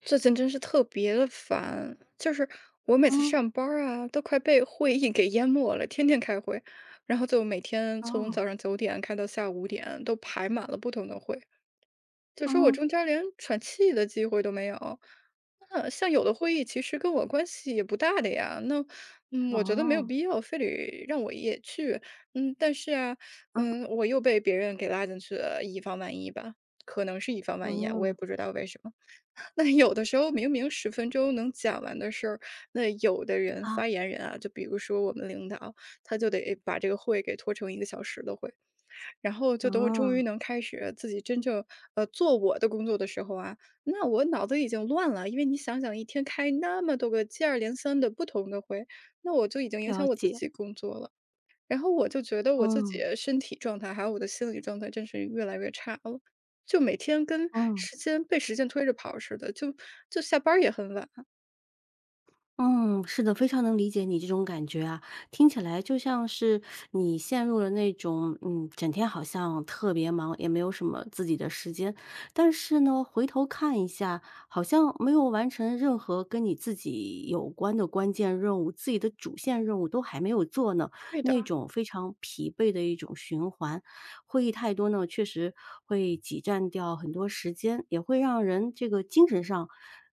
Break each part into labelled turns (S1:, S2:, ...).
S1: 最近真是特别的烦，就是我每次
S2: 嗯，
S1: 上班儿啊，都快被会议给淹没了，天天开会，然后就每天从
S2: 哦，
S1: 早上9点开到下午5点，都排满了不同的会，就说我
S2: 嗯，
S1: 中间儿连喘气的机会都没有。那像有的会议其实跟我关系也不大的呀，那，我觉得没有
S2: 哦，
S1: 必要非得让我也去。但是啊，
S2: 嗯，
S1: 我又被别人给拉进去了，以防万一吧，可能是以防万一啊，我也
S2: 嗯，
S1: 不知道为什么。那有的时候明明十分钟能讲完的事儿，那有的人
S2: 啊。
S1: 发言人啊，就比如说我们领导，他就得把这个会给拖成一个小时的会。然后就等我终
S2: 嗯，
S1: 于能开始自己真正，做我的工作的时候啊，那我脑子已经乱了。因为你想想一天开那么多个接二连三的不同的会，那我就已经影
S2: 了
S1: 响我自
S2: 解，
S1: 己工作了。然后我就觉得我自己
S2: 嗯，
S1: 的身体状态，还有我的心理状态真是越来越差了，就每天跟
S2: 嗯，
S1: 时间被时间推着跑似的，就下班儿也很晚。
S2: 嗯，是的，非常能理解你这种感觉啊，听起来就像是你陷入了那种，整天好像特别忙，也没有什么自己的时间，但是呢，回头看一下，好像没有完成任何跟你自己有关的关键任务，自己的主线任务都还没有做呢，
S1: 对
S2: 那
S1: 的，
S2: 种非常疲惫的一种循环。会议太多呢，确实会挤占掉很多时间，也会让人这个精神上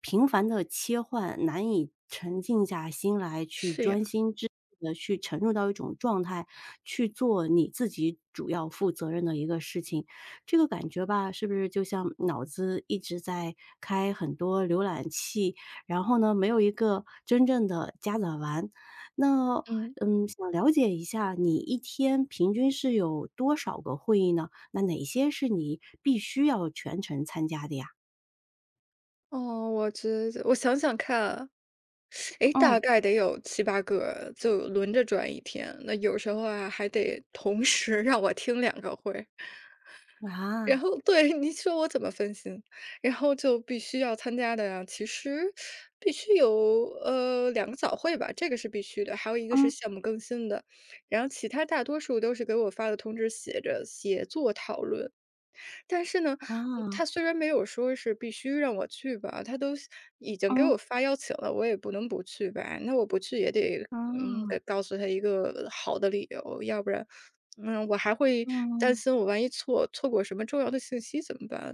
S2: 频繁的切换，难以沉静下心来去
S1: 是呀，
S2: 专心致志的去沉入到一种状态，去做你自己主要负责任的一个事情。这个感觉吧，是不是就像脑子一直在开很多浏览器，然后呢，没有一个真正的加载完。那
S1: 嗯，
S2: 想了解一下你一天平均是有多少个会议呢？那哪些是你必须要全程参加的呀？
S1: 哦，我觉得我想想看，诶，大
S2: 嗯，
S1: 概得有七八个，就轮着转一天。那有时候啊，还得同时让我听两个会。然
S2: 啊，
S1: 后对，你说我怎么分心？然后就必须要参加的呀，其实必须有，两个早会吧，这个是必须的，还有一个是
S2: 嗯，
S1: 项目更新的。然后其他大多数都是给我发的通知，写着“写作讨论”。但是呢，
S2: 啊，
S1: 他虽然没有说是必须让我去吧，他都是已经给
S2: 嗯，
S1: 我发邀请了，我也不能不去吧。那我不去也得，
S2: 啊，
S1: 给告诉他一个好的理由，要不然，我还会担
S2: 嗯，
S1: 心我万一错过什么重要的信息怎么办？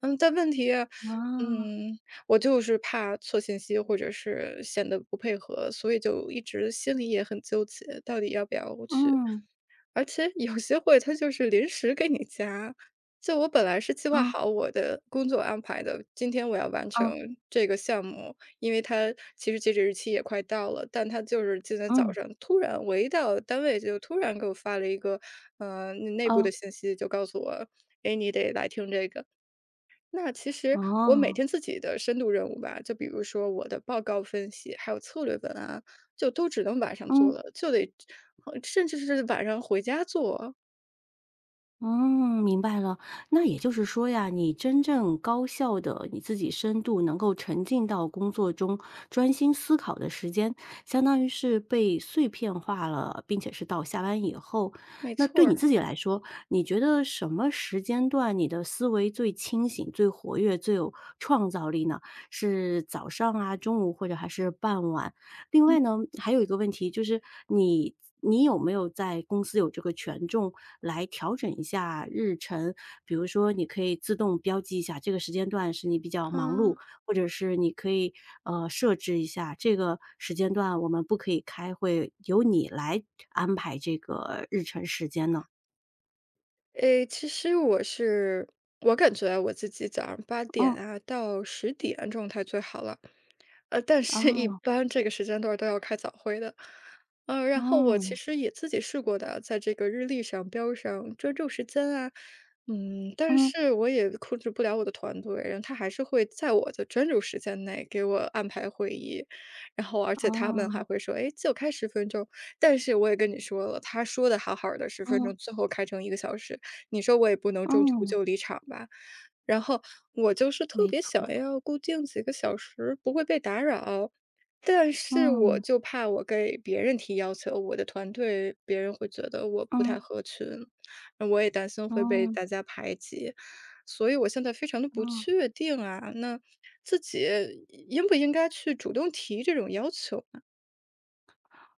S1: 但问题啊，
S2: 啊，
S1: 嗯，我就是怕错信息或者是显得不配合，所以就一直心里也很纠结，到底要不要去。
S2: 嗯，
S1: 而且有些会他就是临时给你加，就我本来是计划
S2: 啊，
S1: 好我的工作安排的，今天我要完成
S2: 啊，
S1: 这个项目，因为它其实截止日期也快到了，但它就是今天早
S2: 嗯，
S1: 上突然我一到单位就突然给我发了一个，内部
S2: 啊
S1: 的信息，就告诉我，哎，你得来听这个。那其实我每
S2: 哦，
S1: 天自己的深度任务吧，就比如说我的报告分析，还有策略文案，就都只能晚上做
S2: 嗯。
S1: 了，就得甚至是晚上回家做。
S2: 嗯，明白了。那也就是说呀，你真正高效的你自己深度能够沉浸到工作中，专心思考的时间，相当于是被碎片化了，并且是到下班以后。
S1: 没
S2: 那
S1: 错
S2: 对你
S1: 儿，
S2: 自己来说，你觉得什么时间段你的思维最清醒、最活跃、最有创造力呢？是早上啊、中午或者还是傍晚？另外呢，还有一个问题就是你你有没有在公司有这个权重来调整一下日程？比如说你可以自动标记一下这个时间段是你比较忙
S1: 啊，
S2: 碌，或者是你可以，设置一下这个时间段我们不可以开会，由你来安排这个日程时间呢？
S1: 诶，其实我感觉啊我自己早上8点
S2: 嗯，
S1: 啊到10点状态最好了，但是一
S2: 哦，
S1: 般这个时间段儿都要开早会的。然后我其
S2: 嗯，
S1: 实也自己试过的啊，在这个日历上标上专注时间啊，嗯，但
S2: 嗯，
S1: 是我也控制不了我的团队，然后他还是会在我的专注时间内给我安排会议，然后而且他们还
S2: 哦，
S1: 会说，哎，就开十分钟，但是我也跟你说了，他说的好好的十分
S2: 嗯，
S1: 钟，最后开成一个小时，你说我也不能中途
S2: 嗯，
S1: 就离场吧？然后我就是特
S2: 没
S1: 别想
S2: 错，
S1: 要固定几个小时，不会被打扰，但是我
S2: 嗯，
S1: 就怕我给别人提要求，我的团队别人会觉得我不太
S2: 嗯，
S1: 合群，那我也担心会被
S2: 嗯，
S1: 大家排挤，所以我现在非常的不
S2: 嗯。
S1: 确定啊，那自己应不应该去主动提这种要求？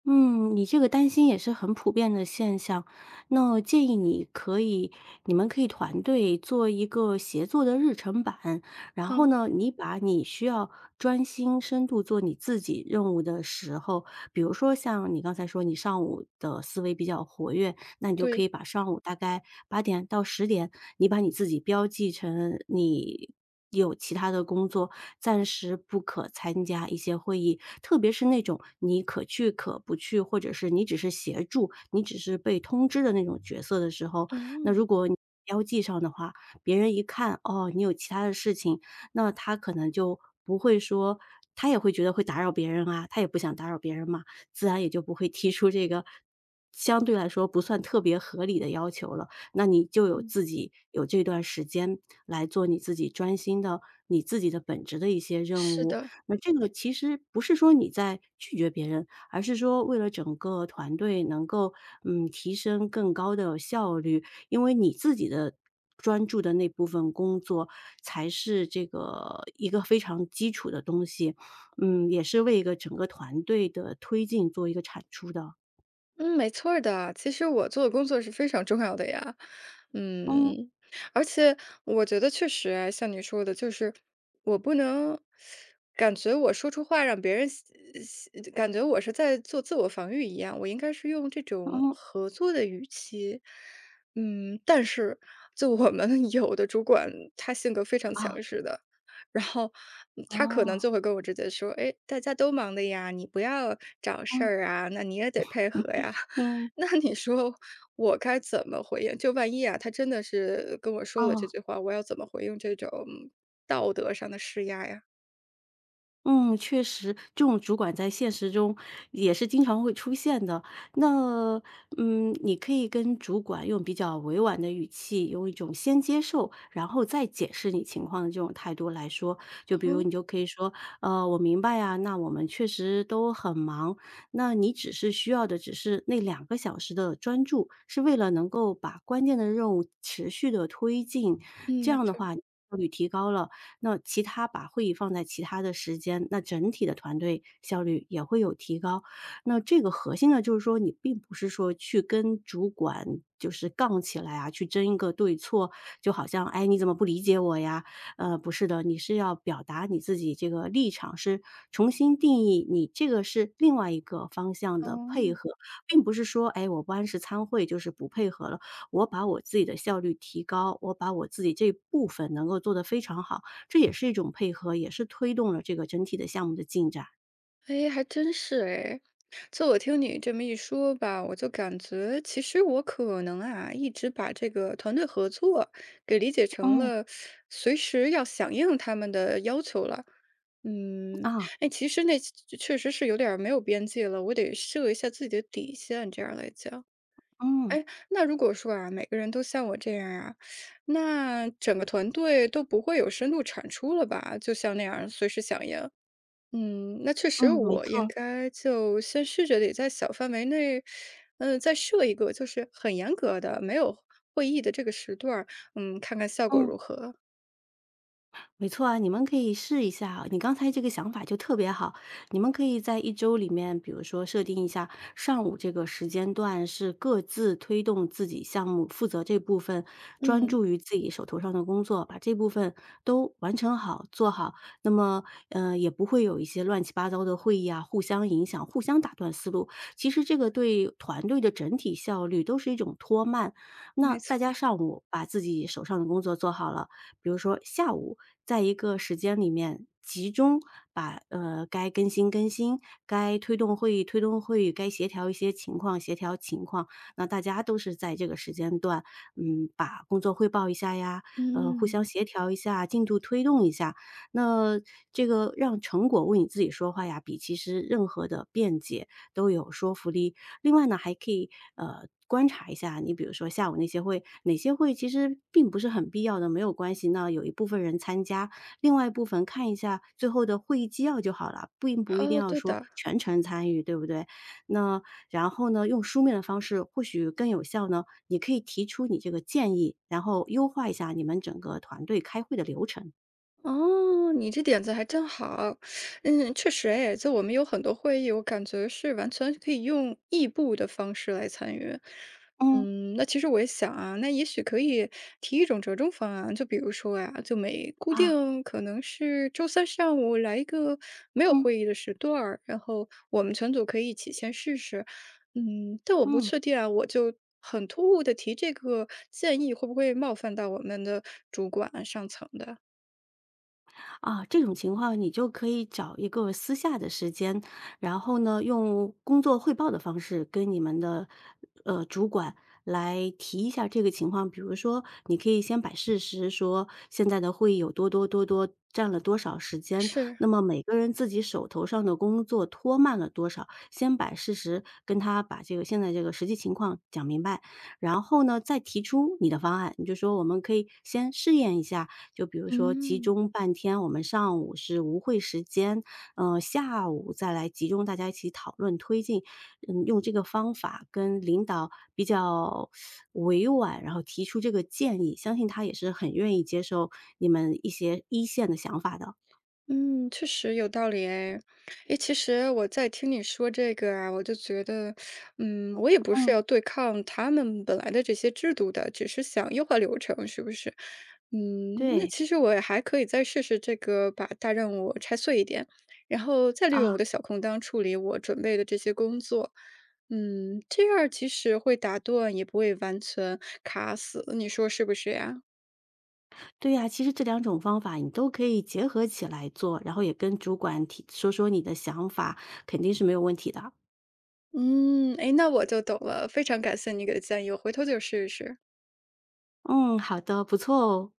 S2: 嗯，你这个担心也是很普遍的现象。那我建议你可以，你们可以团队做一个协作的日程版，然后
S1: 嗯，
S2: 呢，你把你需要专心深度做你自己任务的时候，比如说像你刚才说你上午的思维比较活跃，那你就可
S1: 对，
S2: 以把上午大概8点到10点，你把你自己标记成你有其他的工作，暂时不可参加一些会议，特别是那种你可去可不去，或者是你只是协助，你只是被通知的那种角色的时候，那
S1: 嗯，
S2: 如果你标记上的话，别人一看，哦，你有其他的事情，那他可能就不会说，他也会觉得会打扰别人啊，他也不想打扰别人嘛。自然也就不会提出这个相对来说不算特别合理的要求了。那你就有
S1: 嗯，
S2: 自己有这段时间来做你自己专心的、你自己的本职的一些任
S1: 是
S2: 务。
S1: 的。
S2: 那这个其实不是说你在拒绝别人，而是说为了整个团队能够提升更高的效率，因为你自己的专注的那部分工作才是这个一个非常基础的东西，嗯，也是为一个整个团队的推进做一个产出的。
S1: 嗯，没错儿的。其实我做的工作是非常重要的呀，
S2: 嗯，
S1: 嗯，而且我觉得确实啊，像你说的，就是我不能感觉我说出话让别人感觉我是在做自我防御一样，我应该是用这
S2: 嗯，
S1: 种
S2: 嗯
S1: 合作的语气。但是就我们 有的主管，他性格非常
S2: 啊，
S1: 强势的，然后他可能
S2: 哦，
S1: 就会跟我直接说：“哎，大家都忙的呀，你不要找事
S2: 嗯，
S1: 儿啊，那你也得配
S2: 嗯，
S1: 合呀。”
S2: 嗯
S1: 那你说我该怎么回应？就万一啊，他真的是跟我说了这
S2: 哦。
S1: 句话，我要怎么回应这种道德上的施压呀？
S2: 嗯，确实，这种主管在现实中也是经常会出现的。那，嗯，你可以跟主管用比较委婉的语气，用一种先接受，然后再解释你情况的这种态度来说。就比如
S1: 嗯
S2: 你就可以说，我明白啊，那我们确实都很忙，那你只是需要的只是那两个小时的专注，是为了能够把关键的任务持续的推进，
S1: 嗯，
S2: 这
S1: 没
S2: 样的
S1: 错
S2: 话效率提高了。那其他把会议放在其他的时间，那整体的团队效率也会有提高。那这个核心呢，就是说你并不是说去跟主管就是杠起来啊，去争一个对错，就好像哎你怎么不理解我呀？不是的，你是要表达你自己这个立场，是重新定义你这个是另外一个方向的配
S1: 哦。
S2: 合，并不是说哎我不按时参会就是不配合了，我把我自己的效率提高，我把我自己这部分能够做得非常好。这也是一种配合，也是推动了这个整体的项目的进展。
S1: 哎，还真是哎。就我听你这么一说吧，我就感觉其实我可能啊，一直把这个团队合作给理解成
S2: 嗯，
S1: 了随时要响应他们的要求了。嗯，
S2: 啊，
S1: 哎，其实那确实是有点儿没有边界了，我得设一下自己的底线，这样来讲。
S2: 嗯，
S1: 哎，那如果说啊，每个人都像我这样啊，那整个团队都不会有深度产出了吧？就像那样随时响应。那确实
S2: 嗯，没
S1: 我应
S2: 错，
S1: 该就先试着得在小范围内，再设一个就是很严格的，没有会议的这个时段儿看看效果
S2: 嗯。
S1: 如何。
S2: 没错啊，你们可以试一下啊。你刚才这个想法就特别好，你们可以在一周里面，比如说设定一下上午这个时间段是各自推动自己项目，负责这部分，专
S1: 嗯，
S2: 注于自己手头上的工作，把这部分都完成好、做好。那么，也不会有一些乱七八糟的会议啊，互相影响、互相打断思路。其实这个对团队的整体效率都是一种拖慢。那
S1: 没
S2: 大家
S1: 错。
S2: 上午把自己手上的工作做好了。比如说下午在一个时间里面集中把该更新更新，该推动会议推动会议，该协调一些情况协调情况。那大家都是在这个时间段，嗯，把工作汇报一下呀，互相
S1: 嗯。
S2: 协调一下，进度推动一下。那这个让成果为你自己说话呀，比其实任何的辩解都有说服力。另外呢，还可以观察一下，你比如说下午那些会，哪些会其实并不是很必要的，没有关系。那有一部分人参加，另外一部分看一下最后的会议纪要就好了，并不一定
S1: 哦，
S2: 要
S1: 对
S2: 说
S1: 的。
S2: 全程参与，对不对？那然后呢，用书面的方式或许更有效呢。你可以提出你这个建议，然后优化一下你们整个团队开会的流程。
S1: 哦，你这点子还真好。嗯，确实哎，就我们有很多会议，我感觉是完全可以用异步的方式来参与。
S2: 嗯
S1: 那其实我也想啊，那也许可以提一种折中方案，就比如说呀，就每固
S2: 啊，
S1: 定可能是周三上午来一个没有
S2: 嗯
S1: 会议的时段儿，然后我们全组可以一起先试试。但我不
S2: 嗯。
S1: 确定啊，我就很突兀的提这个建议，会不会冒犯到我们的主管上层的？
S2: 啊，这种情况你就可以找一个私下的时间，然后呢，用工作汇报的方式跟你们的主管来提一下这个情况。比如说，你可以先摆事实，说现在的会议有多占了多少时间，
S1: 是。
S2: 那么每个人自己手头上的工作拖慢了多少，先摆事实，跟他把这个现在这个实际情况讲明白，然后呢，再提出你的方案。你就说我们可以先试验一下，就比如说集
S1: 嗯
S2: 中半天，我们上午是无会时间，嗯，下午再来集中大家一起讨论推进。嗯，用这个方法跟领导比较委婉，然后提出这个建议，相信他也是很愿意接受你们一些一线的想法的。
S1: 嗯，确实有道理哎。诶，其实我在听你说这个啊，我就觉得，我也不是
S2: 嗯，
S1: 要对抗他们本来的这些制度的，只是想优化流程，是不是？那
S2: 对，
S1: 其实我也还可以再试试这个，把大任务拆碎一点，然后再利用
S2: 啊，
S1: 我的小空档处理我准备的这些工作。这样儿其实会打断，也不会完全卡死，你说是不是呀？
S2: 对呀，其实这两种方法你都可以结合起来做，然后也跟主管提说说你的想法，肯定是没有问题的。
S1: 嗯，哎，那我就懂了，非常感谢你给的建议，我回头就试一试。
S2: 嗯，好的，不错哦。